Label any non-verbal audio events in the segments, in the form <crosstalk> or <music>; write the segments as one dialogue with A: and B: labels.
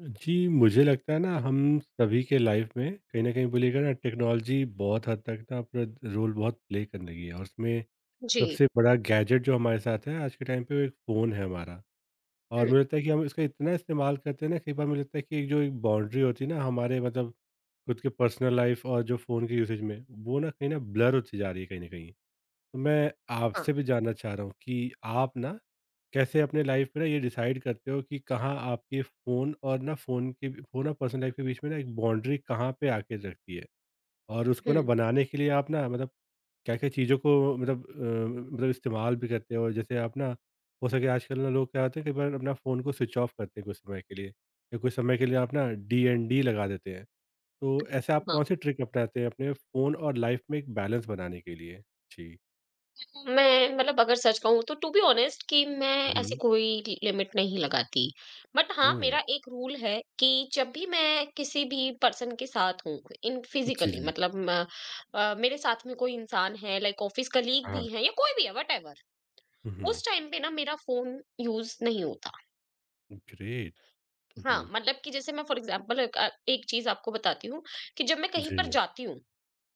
A: जी, मुझे लगता है ना हम सभी के लाइफ में कहीं न कहीं बोलिएगा ना टेक्नोलॉजी बहुत हद तक ना अपना रोल बहुत प्ले करने लगी है और उसमें
B: जी,
A: सबसे बड़ा गैजेट जो हमारे साथ है आज के टाइम पे वो एक फ़ोन है हमारा। और
B: हुँ,
A: मुझे लगता है कि हम इसका इतना इस्तेमाल करते हैं ना कई बार मुझे लगता है कि एक जो एक बाउंड्री होती है ना हमारे मतलब खुद के पर्सनल लाइफ और जो फ़ोन के यूसेज में वो ना कहीं न ब्लर होती जा रही है कहीं न कहीं। तो मैं
B: हाँ,
A: आपसे भी जानना चाह रहा हूँ कि आप ना कैसे अपने लाइफ में ना ये डिसाइड करते हो कि कहाँ आपके फ़ोन और ना फ़ोन के फ़ोन और पर्सनल लाइफ के बीच में ना एक बाउंड्री कहाँ पे आके रखती है? और उसको ना
B: हुँ,
A: बनाने के लिए आप ना मतलब क्या-क्या चीज़ों को मतलब इस्तेमाल भी करते हो? जैसे आप ना हो सके आजकल ना लोग क्या होते हैं कई बार अपना फ़ोन को स्विच ऑफ करते हैं कुछ समय के लिए या कुछ समय के लिए आप ना डीएनडी लगा देते हैं। तो ऐसे आप
B: हाँ।
A: कौन-सी ट्रिक अपनाते हैं अपने फ़ोन और लाइफ में एक बैलेंस बनाने के लिए? जी।
B: मैं मतलब अगर सच कहूँ तो टू बी ऑनेस्ट कि मैं ऐसी
A: हुँ।
B: कोई लि लिमिट नहीं लगाती। बट हाँ,
A: ओह!
B: मेरा एक रूल है कि जब भी मैं किसी भी पर्सन के साथ हूँ इन
A: जी,
B: फिज़िकली
A: जी।
B: मतलब मेरे साथ में कोई इंसान है, लाइक ऑफ़िस कलीग
A: हाँ।
B: भी है या कोई भी है व्हाटएवर,
A: हुँ, हुँ।
B: उस टाइम पे ना मेरा फ़ोन यूज़ नहीं होता।
A: ग्रेट। हुँ,
B: हाँ,
A: हुँ।
B: मतलब कि जैसे मैं फॉर एग्ज़ाम्पल एक चीज़ आपको बताती हूँ कि जब मैं कहीं पर
A: जी,
B: जाती हूँ,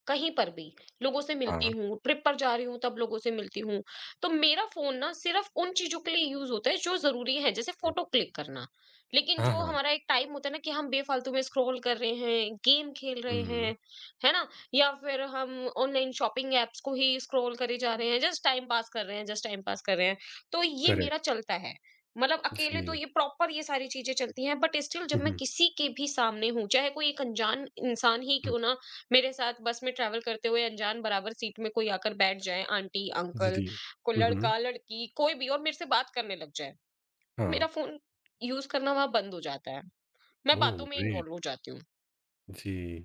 B: कहीं पर भी, लोगों से मिलती
A: हाँ,
B: हूँ, ट्रिप पर जा रही हूँ तब लोगों से मिलती हूँ। तो मेरा फ़ोन ना सिर्फ़ उन चीज़ों के लिए यूज़ होता है जो ज़रूरी है, जैसे
A: जी।
B: फ़ोटो क्लिक करना। लेकिन
A: हाँ,
B: जो
A: हाँ।
B: हमारा एक टाइम होता है ना कि हम बेफ़ालतू में स्क्रॉल कर रहे हैं, गेम खेल रहे
A: हुँ।
B: हैं, है ना? या फिर हम ऑनलाइन शॉपिंग ऐप्स को ही स्क्रॉल करे जा रहे हैं, जस्ट टाइम पास कर रहे हैं, जस्ट टाइम पास कर रहे हैं। तो ये मेरा
A: करेक्ट,
B: चलता है। मतलब अकेले तो
A: जी।
B: ये प्रॉपर ये सारी चीज़ें चलती हैं, बट स्टिल जब
A: हुँ,
B: मैं
A: हुँ,
B: किसी के भी सामने हूँ, चाहे कोई एक अनजान इंसान ही
A: हुँ।
B: क्यों ना, मेरे साथ बस में ट्रैवल करते हुए अनजान बराबर सीट में कोई आकर बैठ जाए, आंटी,
A: जी,
B: अंकल,
A: जी।
B: कोई
A: हुँ, हुँ।
B: लड़का-लड़की, कोई भी, और मेरे से बात करने लग जाए, तो
A: हाँ।
B: मेरा फ़ोन यूज़ करना वहाँ बंद हो जाता है। मैं
A: ओह!
B: बातों में
A: ग्रेट।
B: इन्वॉल्व हो जाती हूँ।
A: जी।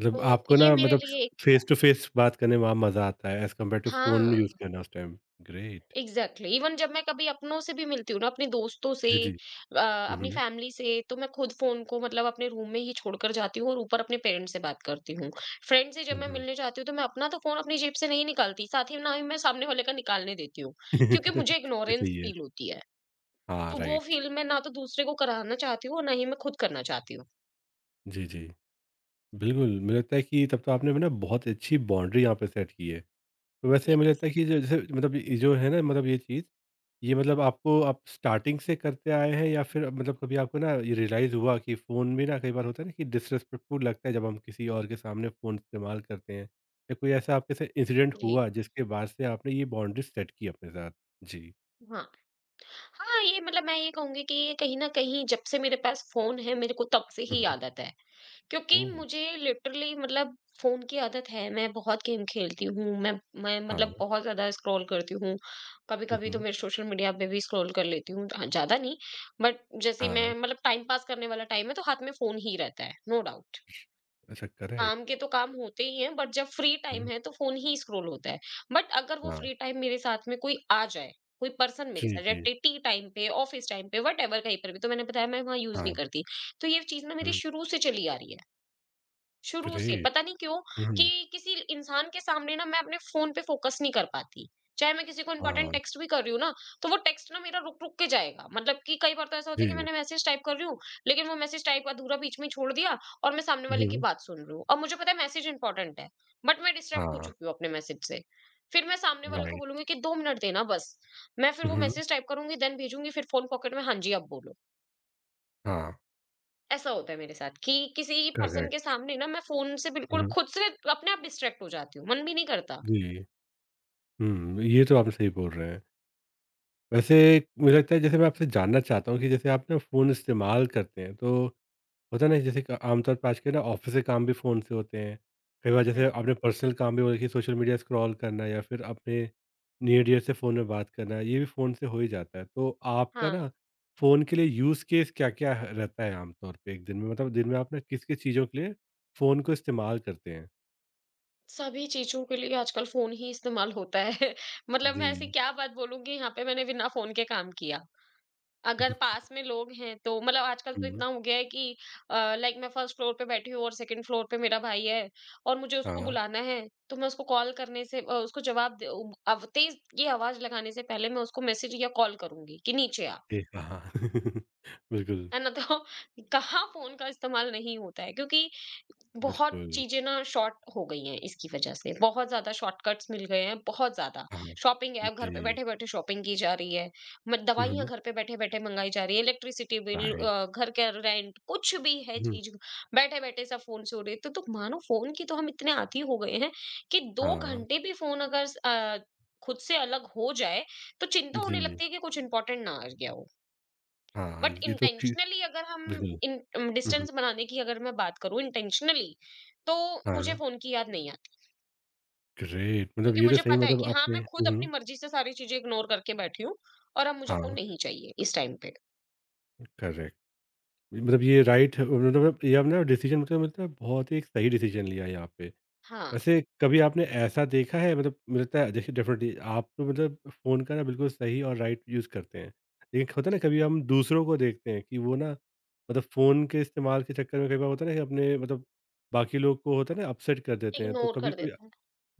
A: मतलब
B: तो
A: आपको
B: ये
A: ना
B: मेरे
A: मतलब
B: लिए एक,
A: फेस टू फेस बात करने में वहाँ मज़ा आता है एज़ कम्पेयर टू फ़ोन
B: हाँ।
A: यूज़ करना उस time. Great.
B: Exactly exactly। Even जब मैं कभी अपनों से भी मिलती हूँ ना, अपने दोस्तों से,
A: जी, जी। हुँ,
B: अपनी
A: हुँ।
B: फैमिली से, तो मैं खुद फोन को मतलब अपने रूम में ही छोड़कर जाती हूँ और ऊपर अपने पेरेंट्स से बात करती हूँ। फ्रेंड से जब
A: हुँ,
B: मैं
A: हुँ।
B: मिलने जाती हूँ तो मैं अपना तो फोन अपनी जेब से नहीं निकालती, साथ ही ना ही मैं सामने वाले का निकालने देती हूँ, क्योंकि मुझे
A: <laughs> ये सही
B: इग्नोरेंस
A: है।
B: फील होती है।
A: हाँ,
B: तो वो
A: राइट।
B: फील मैं ना तो दूसरे को कराना चाहती हूँ और ना ही मैं खुद करना चाहती हूँ।
A: जी, जी। बिल्कुल, मुझे लगता है कि तब तो आपने ना बहुत अच्छी बाउंड्री यहाँ पे सेट की है। वैसे मुझे
B: यस।
A: लगता है कि जैसे मतलब ये जो है ना मतलब ये चीज़, ये मतलब आपको आप स्टार्टिंग से करते आए हैं या फिर मतलब कभी आपको ना ये रियलाइज़ हुआ कि फ़ोन भी ना कई बार होता है ना कि डिसरिस्पेक्टफुल लगता है जब हम किसी और के सामने फ़ोन इस्तेमाल करते हैं? या कोई ऐसा आपके साथ इंसिडेंट
B: जी।
A: हुआ जिसके बाद से आपने ये बाउंड्री सेट की अपने साथ? जी।
B: हाँ। हाँ, ये मतलब मैं ये कहूंगी कि ये कहीं ना कहीं जब से मेरे पास फोन है मेरे को तब से
A: हुँ,
B: ही
A: हुँ।
B: आदत है, क्योंकि
A: ओह!
B: मुझे लिटरली मतलब फ़ोन की आदत है। मैं बहुत गेम खेलती हूँ, मैं
A: हाँ।
B: मतलब बहुत ज़्यादा स्क्रॉल करती हूँ।
A: हुँ,
B: कभी-कभी तो
A: हुँ।
B: मैं सोशल मीडिया पे भी स्क्रॉल कर लेती हूँ, हाँ, ज़्यादा नहीं। बट जैसे ही
A: हाँ।
B: मैं मतलब टाइम पास करने वाला टाइम है तो हाथ में फ़ोन ही रहता है, नो डाउट।
A: अच्छा करेक्ट।
B: काम के तो काम होते ही हैं, बट जब फ्री टाइम
A: हुँ,
B: है तो फ़ोन ही स्क्रॉल होता है। बट अगर वो
A: हाँ।
B: फ्री टाइम मेरे साथ में कोई आ जाए, कोई पर्सन मेरे
A: जी,
B: साथ, या
A: जी।
B: टी टी टाइम पे, ऑफ़िस टाइम पे, व्हाटएवर कहीं पर भी, तो मैंने बताया मैं वहाँ यूज़ नहीं
A: हाँ।
B: करती। तो ये चीज़ ना मेरी
A: हुँ।
B: शुरू से चली आ रही है। शुरू से
A: ग्रेट।
B: पता नहीं क्यों कि
A: हुँ,
B: किसी इंसान के सामने ना मैं अपने फ़ोन पे फ़ोकस नहीं कर पाती। चाहे मैं किसी को
A: हाँ।
B: इम्पोर्टेंट टेक्स्ट भी कर रही हूँ ना, तो वो टेक्स्ट ना मेरा रुक-रुक के जाएगा। मतलब कि कई बार तो ऐसा होता है कि
A: जी।
B: मैंने मैसेज टाइप कर रही हूँ, लेकिन वो मैसेज टाइप अधूरा बीच में ही छोड़ दिया और मैं सामने वाले की
A: हुँ,
B: बात सुन रही हूँ। अब मुझे पता है मैसेज इम्पोर्टेंट है, बट मैं डिस्ट्रैक्ट हो
A: हाँ।
B: चुकी हूँ अपने मैसेज से। फिर मैं सामने वाले को
A: राइट।
B: बोलूँगी कि 2 मिनट देना बस। मैं फिर वो
A: हुँ,
B: मैसेज टाइप करूँगी, देन भेजूँगी, फिर फ़ोन पॉकेट में, "हाँ जी, अब बोलो।"
A: हाँ।
B: ऐसा होता है मेरे साथ कि किसी पर्सन के
A: करेक्ट।
B: सामने ना मैं फ़ोन से बिल्कुल
A: हुँ,
B: खुद से अपने आप डिस्ट्रैक्ट हो जाती हूँ, मन भी नहीं करता।
A: जी। हुँ, ये तो आप सही बोल रहे हैं। वैसे मुझे लगता है जैसे मैं आपसे जानना चाहता हूँ कि जैसे आप ना फ़ोन इस्तेमाल करते हैं तो होता है ना जैसे कि आमतौर पर आज के ना ऑफ़िस के काम भी फ़ोन से होते हैं। कई बार
B: हुँ।
A: जैसे आपने पर्सनल काम भी बोला कि सोशल मीडिया स्क्रॉल करना या फ़िर अपने नियर डियर से फ़ोन में बात करना ये भी फ़ोन से हो ही जाता है। तो आपका
B: हाँ,
A: ना फ़ोन के लिए यूज़ केस क्या-क्या ह रहता है आमतौर पे एक दिन में? मतलब दिन में आप ना किस-किस चीज़ों के लिए फ़ोन को इस्तेमाल करते हैं?
B: सभी चीज़ों के लिए आजकल फ़ोन ही इस्तेमाल होता है। <laughs> मतलब
A: जी।
B: मैं ऐसी क्या बात बोलूँ कि यहाँ पे मैंने बिना फ़ोन के काम किया। अगर
A: <laughs>
B: पास में लोग हैं तो मतलब आजकल तो
A: हुँ,
B: इतना हो गया है कि लाइक मैं फर्स्ट फ्लोर पे बैठी हूँ और सेकंड फ्लोर पे मेरा भाई है और मुझे उसको
A: हाँ।
B: बुलाना है, तो मैं उसको कॉल करने से उसको जवाब दे तेज़ ये आवाज़ लगाने से पहले मैं उसको मैसेज या कॉल करूँगी कि नीचे आ।
A: जी, हाँ, हाँ। <laughs> बिल्कुल,
B: है ना, तो <laughs> कहाँ फ़ोन का इस्तेमाल नहीं होता है, क्योंकि बहुत
A: बिल्कुल।
B: चीज़ें ना शॉर्ट हो गई हैं इसकी वजह से। बहुत ज़्यादा शॉर्टकट्स मिल गए हैं, बहुत ज़्यादा।
A: हाँ,
B: शॉपिंग ऐप घर पे
A: जी।
B: बैठे-बैठे शॉपिंग की जा रही है। म
A: हुँ,
B: दवाइयाँ
A: हुँ,
B: घर पे बैठे-बैठे मँगाई जा रही है, इलेक्ट्रिसिटी बिल,
A: राइट।
B: घर का रेंट, कुछ भी है
A: हुँ,
B: चीज़ बैठे-बैठे सब फ़ोन से हो रही है। तो मानो फ़ोन की तो हम इतने आदी हो गए हैं कि 2
A: हाँ,
B: घंटे भी फ़ोन अगर खुद से अलग हो जाए तो चिंता होने
A: जी,
B: लगती है कि कुछ इम्पोर्टेंट ना आ गया हो।
A: हाँ,
B: बट
A: ये तो फिर
B: इंटेंशनली, अगर
A: बिल्कुल।
B: हम
A: हुँ, हुँ,
B: डिस्टेंस बनाने की अगर मैं बात करूं, इंटेंशनली, तो मुझे
A: हाँ,
B: फोन की याद नहीं आती,
A: ग्रेट मतलब
B: क्योंकि
A: ये तो
B: मुझे
A: सही
B: पता है
A: मतलब
B: कि हाँ,
A: आपने
B: मैं खुद
A: हुँ, हुँ,
B: अपनी मर्जी से सारी चीजें इग्नोर करके बैठी हूँ और अब मुझे फोन
A: हाँ,
B: नहीं चाहिए इस टाइम पे।
A: करेक्ट मतलब ये राइट ये आपने डिसीज़न मतलब बहुत ही एक सही डिसीज़न लिया है यहाँ पे।
B: हाँ।
A: वैसे कभी आपने ऐसा देखा है मतलब मुझे लगता है देखिए डेफिनेटली आप तो मतलब फ़ोन का ना बिल्कुल सही और राइट यूज़ करते हैं। लेकिन होता है ना कभी हम दूसरों को देखते हैं कि वो ना मतलब फ़ोन के इस्तेमाल के चक्कर में कई बार होता है ना कि अपने मतलब बाकी लोग को होता है ना अपसेट कर देते हैं। तो
B: इग्नोर
A: कभी
B: कर
A: कोई
B: देता है।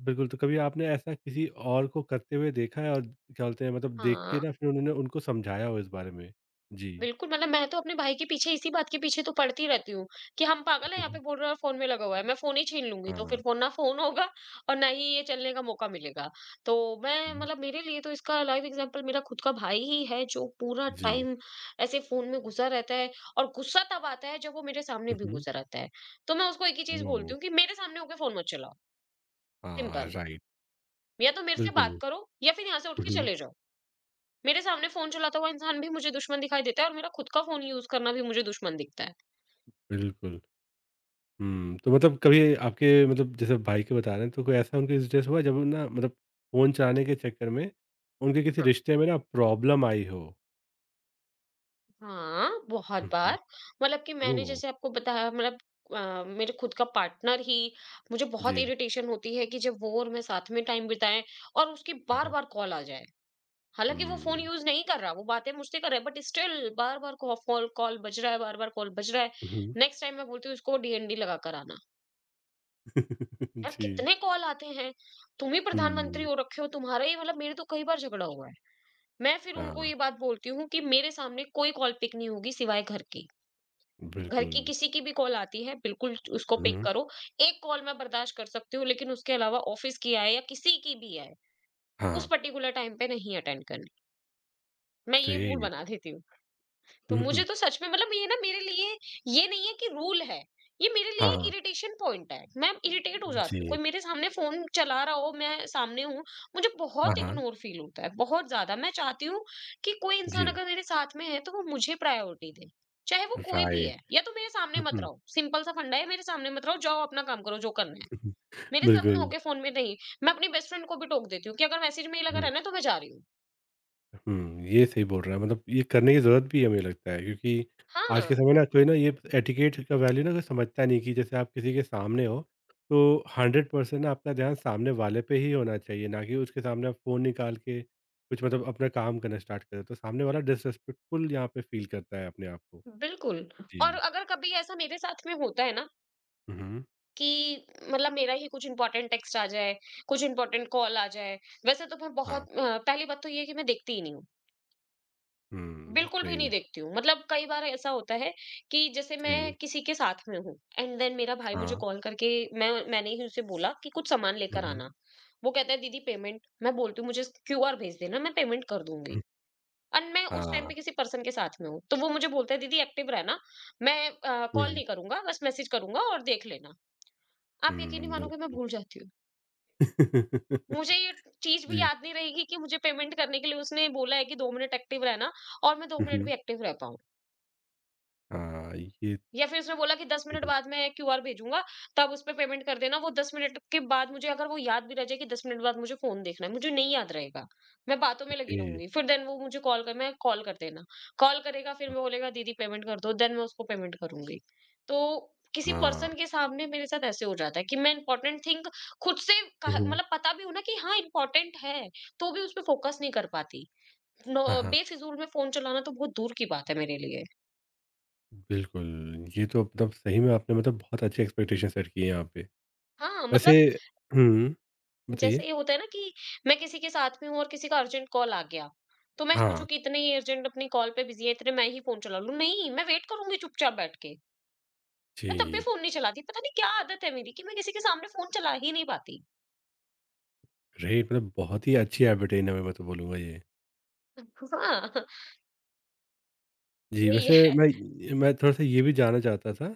A: बिल्कुल, तो कभी आपने ऐसा किसी और को करते हुए देखा है और क्या बोलते हैं मतलब देख
B: हाँ,
A: के ना फिर उन्होंने उनको समझाया हो इस बारे में? जी।
B: बिल्कुल, मतलब मैं तो अपने भाई के पीछे इसी बात के पीछे तो पड़ती रहती हूँ कि हम पागल हैं, यहाँ
A: हुँ,
B: पे बोल रहा है फ़ोन में लगा हुआ है, मैं फ़ोन ही छीन लूँगी तो
A: हाँ।
B: फिर फ़ोन ना फ़ोन होगा <laughs> और ना ही ये चलने का मौका मिलेगा। तो मैं
A: हुँ,
B: मतलब मेरे लिए तो इसका लाइव एग्ज़ाम्पल मेरा खुद का भाई ही है, जो पूरा
A: जी।
B: टाइम ऐसे फ़ोन में घुसा रहता है और गुस्सा तब आता है जब वो मेरे सामने
A: हुँ,
B: भी
A: हुँ।
B: गुस्सा रहता है। तो मैं उसको एक ही चीज़
A: ओह!
B: बोलती हूँ कि मेरे सामने होके फ़ोन मत चलाओ,
A: हाँ,
B: सिंपल।
A: राइट।
B: या तो मेरे से
A: बिल्कुल।
B: बात करो या फिर यहाँ से उठ
A: हुँ,
B: के
A: हुँ,
B: चले जाओ। मेरे सामने फ़ोन चलाता हुआ इंसान भी मुझे दुश्मन दिखाई देता है और मेरा खुद का फ़ोन यूज़ करना भी मुझे दुश्मन दिखता है।
A: बिल्कुल। हुँ, तो मतलब कभी आपके मतलब जैसे भाई के बता रहे हैं, तो कोई ऐसा उनके इंसिडेंस हुआ जब ना मतलब फ़ोन चलाने के चक्कर में उनके किसी
B: हाँ।
A: रिश्ते में ना प्रॉब्लम आई हो?
B: हाँ, बहुत
A: हुँ, हुँ।
B: बार, मतलब कि मैंने
A: ओह!
B: जैसे आपको बताया, मतलब मेरे खुद का पार्टनर ही, मुझे बहुत
A: जी।
B: इरिटेशन होती है कि जब वो और मैं साथ में टाइम बिताएँ और उसकी
A: हाँ।
B: बार-बार कॉल आ जाए। हालाँकि वो फ़ोन
A: हुँ।
B: यूज़ नहीं कर रहा, वो बातें मुझसे कर रहा है, बट स्टिल बार-बार कॉ फ़ोन कॉल बज रहा है, बार-बार कॉल बज रहा है।
A: हुँ।
B: नेक्स्ट टाइम मैं बोलती हूँ इसको डीएनडी लगा कर आना।
A: <laughs>
B: यार,
A: जी।
B: कितने कॉल आते हैं? तुम ही प्रधानमंत्री
A: हुँ।
B: हो रखे हो, तुम्हारा ही मतलब, मेरे तो कई बार झगड़ा हुआ है। मैं फिर उनको
A: हाँ,
B: ये बात बोलती हूँ कि मेरे सामने कोई कॉल पिक नहीं होगी सिवाय घर की। घर
A: बिल्कुल।
B: की किसी की भी कॉल आती है, बिल्कुल उसको पिक
A: हुँ।
B: करो। एक कॉल मैं बर्दाश्त कर सकती हूँ, लेकिन उसके अलावा ऑफिस की आए या किसी की भी आए, उस
A: हाँ,
B: पर्टिकुलर टाइम पे नहीं अटेंड करनी। मैं ये रूल
A: ग्रेट।
B: बना देती हूँ। तो
A: हुँ,
B: मुझे
A: हुँ।
B: तो सच में मतलब, ये ना मेरे लिए ये नहीं है कि रूल है। ये मेरे लिए एक
A: हाँ,
B: इरिटेशन पॉइंट है। मैं इरिटेट हो जाती हूँ।
A: जी।
B: कोई मेरे सामने फ़ोन चला रहा हो, मैं सामने हूँ, मुझे
A: हाँ,
B: बहुत
A: हाँ।
B: इग्नोर फ़ील होता है, बहुत ज़्यादा। मैं चाहती हूँ कि कोई इंसान
A: जी,
B: अगर मेरे साथ में है तो वो मुझे प्रायोरिटी दे। चाहे वो कोई भी
A: राइट।
B: है, या तो मेरे सामने
A: हुँ,
B: मत
A: हुँ, हुँ, हुँ।
B: रहो। सिंपल सा फंडा है, मेरे सामने मत रहो, जाओ अपना काम करो जो करना है।
A: <laughs>
B: मेरे साथ में
A: बिल्कुल।
B: होके फ़ोन में नहीं। मैं अपनी बेस्ट फ्रेंड को भी टोक देती हूँ कि अगर मैसेज में ही लगा
A: हुँ।
B: रहना है तो मैं जा रही हूँ।
A: हुँ, ये सही बोल रहा है मतलब ये करने की ज़रूरत भी है मुझे लगता है क्योंकि आज
B: हाँ,
A: के समय ना कोई ना ये एटिकेट का वैल्यू ना कोई समझता नहीं कि जैसे आप किसी के सामने हो, तो 100% ना आपका ध्यान सामने वाले पे ही होना चाहिए, ना कि उसके सामने आप फ़ोन निकाल के कुछ मतलब अपना काम करना स्टार्ट करें, तो सामने वाला डिसरिस्पेक्टफुल यहाँ पे फ़ील करता है अपने आप को।
B: बिल्कुल। और
A: जी।
B: अगर कभी ऐसा मेरे साथ में होता है ना
A: हुँ, हुँ।
B: कि मतलब मेरा ही कुछ इंपॉर्टेंट टेक्स्ट आ जाए, कुछ इंपॉर्टेंट कॉल आ जाए। वैसे तो मैं
A: हाँ।
B: बहुत पहली बात तो ये है कि मैं देखती ही नहीं हूँ,
A: हुँ,
B: बिल्कुल भी नहीं
A: ग्रेट।
B: देखती हूँ। मतलब कई बार ऐसा होता है कि जैसे
A: जी,
B: मैं किसी के साथ में हूँ एंड देन मेरा भाई मुझे
A: हाँ।
B: कॉल करके, मैंने ही उसे बोला कि कुछ सामान
A: हुँ,
B: लेकर
A: हुँ,
B: आना। वो कहता है दीदी पेमेंट, मैं बोलती हूँ मुझे क्यूआर भेज देना, मैं पेमेंट कर दूँगी।
A: हुँ।
B: एंड मैं उस टाइम
A: हाँ।
B: पे किसी पर्सन के साथ में हूँ। तो वो मुझे बोलता है दीदी एक्टिव रहना, मैं
A: हुँ,
B: कॉल
A: हुँ।
B: नहीं करूँगा, बस मैसेज करूँगा और देख लेना। आप यकीन नहीं
A: हुँ, बिल
B: मानोगे, मैं भूल जाती हूँ। मुझे
A: <laughs>
B: ये चीज़ भी
A: जी।
B: याद नहीं रहेगी कि मुझे पेमेंट करने के लिए उसने बोला है कि 2 मिनट एक्टिव रहना, और मैं 2
A: हुँ,
B: मिनट
A: हुँ।
B: भी एक्टिव रह पाऊँ।
A: हाँ, ये
B: या फिर उसने बोला कि 10 मिनट बाद मैं क्यूआर भेजूंगा, तब उसपे पेमेंट कर देना। वो 10 मिनट के बाद, मुझे अगर वो याद भी रह जाए कि 10 मिनट बाद मुझे फ़ोन देखना है, मुझे नहीं याद रहेगा। मैं बातों में लगी
A: ओके।
B: रहूँगी। फिर देन वो मुझे कॉल कर मैं कॉल कर देना। कॉल करेगा फिर वो बोलेगा दीदी पेमेंट कर दो, देन मैं उसको पेमेंट करूँगी। तो किसी
A: हाँ।
B: पर्सन के सामने मेरे साथ ऐसे हो जाता है कि मैं इम्पोर्टेंट थिंग खुद से कह
A: हुँ।
B: मतलब पता भी हो ना कि हाँ इम्पोर्टेंट है, तो भी उसपे फ़ोकस नहीं कर पाती। नो,
A: हाँ, हाँ।
B: बेफ़िज़ूल में फ़ोन चलाना तो बहुत दूर की बात है मेरे लिए।
A: बिल्कुल, ये तो मतलब सही में आपने मतलब बहुत अच्छी एक्सपेक्टेशन सेट की है यहाँ पे।
B: हाँ, मतलब
A: वैसे हुँ, बताइए?
B: जैसे ये होता है ना कि मैं किसी के साथ में हूँ और किसी का अर्जेंट कॉल आ गया, तो मैं
A: हाँ,
B: सोचूँ कि इतने ही अर्जेंट अपनी कॉल पे बिज़ी है, इतने मैं ही फ़ोन चला लूँ। नहीं, मैं वेट करूँगी चुपचाप बैठ के। मैं तब भी
A: जी।
B: फ़ोन नहीं चलाती, पता नहीं क्या आदत है मेरी कि मैं किसी के सामने फ़ोन चला ही नहीं पाती।
A: ग्रेट मतलब बहुत ही अच्छी हैबिट है मैं तो बोलूँगा ये।
B: <laughs> हाँ,
A: जी,
B: यही
A: वैसे
B: है।
A: मैं थोड़ा-सा ये भी जानना चाहता था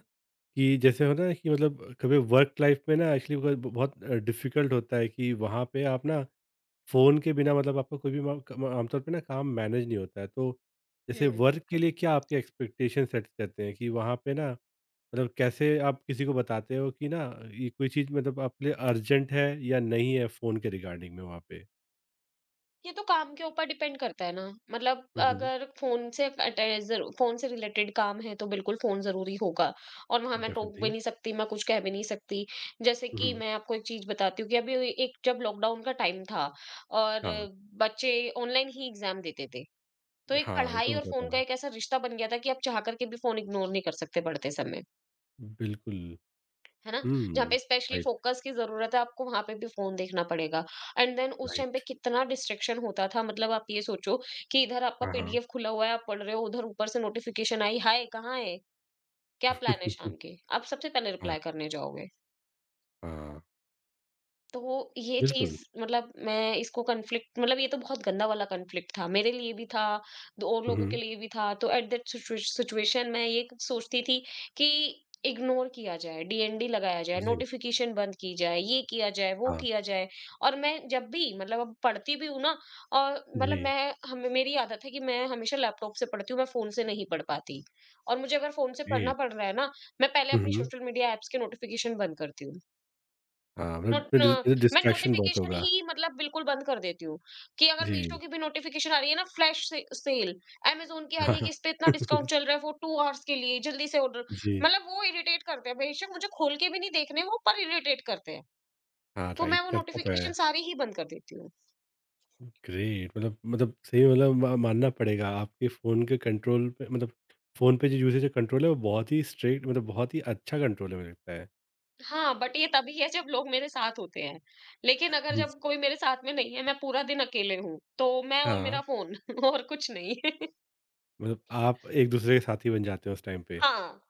A: कि जैसे होता है ना कि मतलब कभी वर्क लाइफ में ना एक्चुअली बहुत डिफ़िकल्ट होता है कि वहाँ पे आप ना फ़ोन के बिना मतलब आपका कोई भी मा कम आमतौर पे ना काम मैनेज नहीं होता है, तो जैसे
B: हुँ।
A: वर्क के लिए क्या आपके एक्सपेक्टेशन सेट करते हैं कि वहाँ पे ना मतलब कैसे आप किसी को बताते हो कि ना ये कोई चीज़ मतलब आपके लिए अर्जेंट है या नहीं है फ़ोन के रिगार्डिंग में वहाँ पे?
B: ये तो काम के ऊपर डिपेंड करता है ना, मतलब
A: हुँ, हुँ।
B: अगर फोन से फोन से रिलेटेड काम है तो बिल्कुल फोन जरूरी होगा। और वहां मैं टोक भी
A: डेफ़िनिटली।
B: नहीं सकती, मैं कुछ कह भी नहीं सकती। जैसे
A: हुँ,
B: कि
A: हुँ।
B: मैं आपको एक चीज बताती हूँ कि अभी एक जब लॉकडाउन का टाइम था और
A: हाँ,
B: बच्चे ऑनलाइन ही एग्जाम देते थे, तो एक
A: हाँ, ये तो
B: पढ़ाई और
A: होता
B: फोन का
A: था।
B: एक ऐसा रिश्ता बन गया था कि आप चाह करके भी फोन इग्नोर नहीं कर सकते पढ़ते समय।
A: बिल्कुल।
B: है ना? जहाँ
A: हुँ,
B: पे स्पेशली
A: राइट,
B: फ़ोकस की ज़रूरत है आपको, वहाँ पे भी फ़ोन देखना पड़ेगा। एंड देन उस टाइम पे
A: राइट।
B: कितना डिस्ट्रैक्शन होता था, मतलब आप ये सोचो कि इधर आपका
A: हाँ, हाँ।
B: पीडीएफ खुला हुआ है, आप पढ़ रहे हो, उधर ऊपर से नोटिफ़िकेशन आई, हाय! कहाँ है? क्या प्लान है शाम
A: <laughs>
B: के? आप सबसे पहले
A: हाँ,
B: रिप्लाई करने जाओगे।
A: हाँ,
B: तो ये
A: बिल्कुल।
B: चीज़ मतलब मैं इसको कॉन्फ्लिक्ट मतलब ये तो बहुत गंदा वाला कॉन्फ्लिक्ट था। मेरे लिए भी था, दो और
A: हुँ,
B: लोगों के
A: हुँ।
B: लिए भी था। तो एट दैट सिचुएशन मैं ये सोचती थी कि इग्नोर किया जाए, डीएनडी लगाया जाए,
A: जी,
B: नोटिफ़िकेशन बंद की जाए, ये किया जाए, वो
A: हाँ,
B: किया जाए। और मैं जब भी मतलब अब पढ़ती भी हूँ ना, और मतलब
A: जी,
B: मैं हमें मेरी आदत है कि मैं हमेशा लैपटॉप से पढ़ती हूँ, मैं फ़ोन से नहीं पढ़ पाती। और मुझे अगर फ़ोन से पढ़ना
A: ग्रेट।
B: पड़ रहा है ना, मैं पहले
A: हुँ,
B: अपनी
A: हुँ।
B: सोशल मीडिया ऐप्स के नोटिफ़िकेशन बंद करती हूँ।
A: हाँ, मतलब
B: नोट अ, मैं
A: डिस्ट्रैक्शन बहुत
B: नोटिफ़िकेशन
A: होगा।
B: ही मतलब बिल्कुल बंद कर देती हूँ, कि अगर मीशो
A: जी।
B: की भी नोटिफ़िकेशन आ रही है ना फ्लैश से सेल, अमेज़न की आ रही है
A: हाँ।
B: कि इस पे इतना डिस्काउंट
A: <laughs>
B: चल रहा है फॉर 2 आवर्स के लिए, जल्दी से ऑर्डर,
A: जी।
B: मतलब वो इरिटेट करते हैं, बेशक मुझे खोल के भी नहीं देखने वो पर इरिटेट करते हैं,
A: हाँ,
B: तो मैं
A: राइट
B: वो
A: करता तो
B: नोटिफ़िकेशन
A: है।
B: सारी ही बंद कर देती हूँ।
A: ग्रेट मतलब सही मतलब म मानना पड़ेगा आपके फ़ोन के कंट्रोल पे मतलब फ़ोन पे जो यूसेज का कंट्रोल है वो बहुत ही स्ट्रिक्ट मतलब बहुत ही अच्छा कंट्रोल है मुझे लगता है।
B: हाँ, बट ये तभी है जब लोग मेरे साथ होते हैं, लेकिन अगर
A: हुँ, जी।
B: जब कोई मेरे साथ में नहीं है, मैं पूरा दिन अकेले हूँ, तो मैं और
A: हाँ,
B: मेरा फ़ोन <laughs> और कुछ नहीं। <laughs>
A: मतलब आप एक दूसरे के साथी बन जाते हो उस टाइम पे।
B: हाँ।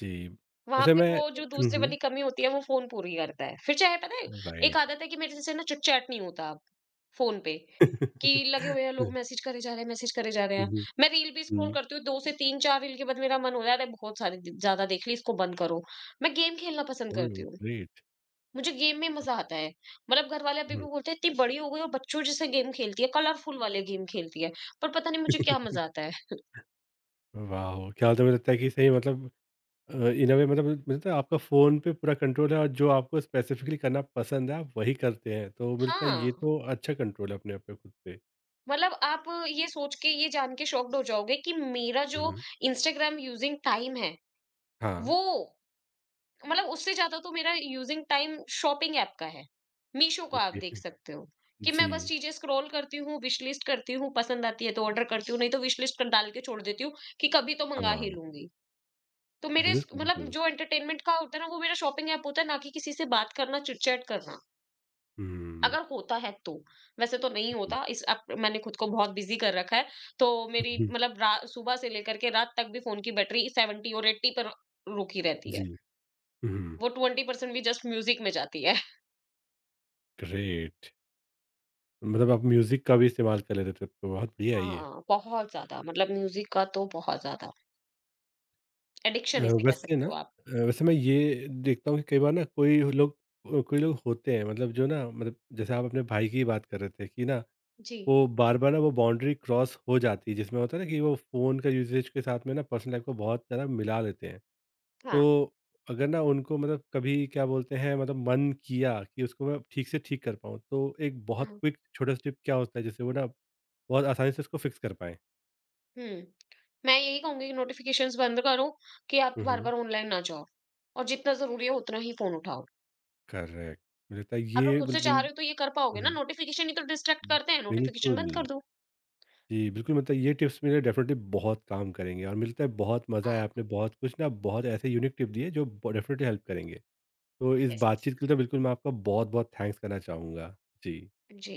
A: जी,
B: वहाँ
A: वैसे
B: पे
A: मैं
B: वो जो
A: हुँ,
B: दूसरे
A: हुँ।
B: वाली कमी होती है वो फ़ोन पूरी करता है। फिर चाहे पता है एक
A: राइट।
B: आदत है कि मेरे जैसे ना चिट-चैट नहीं होता अब फ़ोन पे, कि
A: <laughs>
B: लगे हुए हैं लोग मैसेज करे जा रहे हैं, मैसेज करे जा रहे
A: हुँ,
B: हैं।
A: हुँ,
B: मैं रील भी स्क्रॉल
A: हुँ।
B: करती हूँ, 2 से 3-4 रील के बाद मेरा मन हो रहा है अरे बहुत सारी ज ज़्यादा देख ली, इसको बंद करो। मैं गेम खेलना पसंद
A: ओह!
B: करती हूँ।
A: ग्रेट।
B: मुझे गेम में मज़ा आता है। मतलब घरवाले अभी भी
A: <laughs>
B: बोलते हैं इतनी बड़ी हो गई हो बच्चों जैसे गेम खेलती है, कलरफुल वाले गेम खेलती है। पर पता नहीं मुझे क्या
A: हुँ।
B: मज़ा आता है।
A: वाओ! क्या मतलब मुझे लगता है कि सही मतलब इन अ वे मतलब मिलता है आपका फ़ोन पे पूरा कंट्रोल है और जो आपको स्पेसिफिकली करना पसंद है, आप वही करते हैं। तो मिलता है
B: हाँ।
A: ये तो अच्छा कंट्रोल है अपने आप पे खुद पे।
B: मतलब आप ये सोच के ये जान के शॉक्ड हो जाओगे कि मेरा
A: हुँ,
B: जो
A: हुँ।
B: इंस्टाग्राम यूजिंग टाइम है
A: हाँ,
B: वो मतलब उससे ज्यादा तो मेरा यूजिंग टाइम शॉपिंग ऐप का है। मीशो का आप
A: ओके।
B: देख सकते हो कि मैं बस
A: जी।
B: चीजें स्क्रॉल करती हूँ, विश लिस्ट करती हूँ, पसंद आती है तो ऑर्डर करती हूँ, नहीं तो विश लिस्ट कर डाल के छोड़ देती हूँ कि कभी तो मंगा ही
A: हाँ।
B: लूंगी। तो
A: बिल्कुल,
B: मतलब
A: बिल्कुल।
B: जो एंटरटेनमेंट का होता है ना वो मेरा शॉपिंग ऐप होता है, ना कि किसी से बात करना, चिट चैट करना
A: हुँ।
B: अगर होता है तो, वैसे तो नहीं
A: बिल्कुल।
B: होता इस अब मैंने खुद को बहुत बिज़ी कर रखा है, तो
A: <laughs>
B: मेरी
A: हुँ,
B: मतलब रा सुबह से लेकर के रात तक भी फ़ोन की बैटरी 70 और 80 पर रुकी रहती
A: जी।
B: है।
A: हुँ।
B: वो 20% भी जस्ट म्यूज़िक में जाती है।
A: ग्रेट! मतलब आप म्यूज़िक का भी इस्तेमाल कर लेते थे, तो बहुत बढ़िया है ये।
B: हाँ, बहुत ज़्यादा मतलब म्यूज़िक का तो बहुत ज़्यादा,
A: अ,
B: एडिक्शन इसे कह
A: वैसे ना
B: सकते हो आप।
A: वैसे मैं ये देखता हूँ कि कई बार ना कोई लोग होते हैं मतलब जो ना मतलब जैसे आप अपने भाई की बात कर रहे थे कि ना
B: जी,
A: वो बार-बार ना वो बाउंड्री क्रॉस हो जाती है जिसमें होता है ना कि वो फ़ोन का यूसेज के साथ में ना पर्सनल लाइफ़ को बहुत ज़्यादा मिला लेते हैं।
B: हाँ,
A: तो अगर ना उनको मतलब कभी क्या बोलते हैं मतलब मन किया कि उसको मैं ठीक से ठीक कर पाऊँ, तो एक बहुत
B: हुँ,
A: क्विक छोटा सा टिप क्या होता है जिससे वो ना बहुत आसानी से उसको फ़िक्स कर पाएँ?
B: हुँ। मैं यही कहूँगी कि नोटिफ़िकेशंस बंद करो कि आप
A: हुँ, हुँ।
B: बार-बार ऑनलाइन ना जाओ और जितना ज़रूरी है उतना ही फ़ोन उठाओ।
A: करेक्ट। मुझे लगता है
B: अगर
A: ये
B: खुद से चाह
A: बिल्कुल
B: रहे हो तो ये कर पाओगे ना,
A: हुँ,
B: नोटिफ़िकेशन ही तो डिस्ट्रैक्ट
A: हुँ।
B: करते हैं, नोटिफ़िकेशन
A: बिल्कुल।
B: बंद कर दो।
A: जी, बिल्कुल मतलब ये टिप्स मेरे डेफ़िनिटली बहुत काम करेंगे और मुझे लगता है बहुत मज़ा
B: हाँ,
A: आया आपने बहुत कुछ ना बहुत ऐसे यूनिक टिप दिए जो ब डेफ़िनिटली हेल्प करेंगे। तो इस
B: यस।
A: बातचीत के लिए तो बिल्कुल मैं आपका बहुत-बहुत थैंक्स करना चाहूँगा। जी।
B: जी,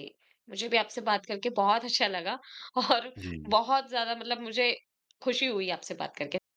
B: मुझे भी आपसे बात करके बहुत अच्छा लगा और
A: जी।
B: बहुत ज़्यादा मतलब मुझे खुशी हुई आपसे बात करके।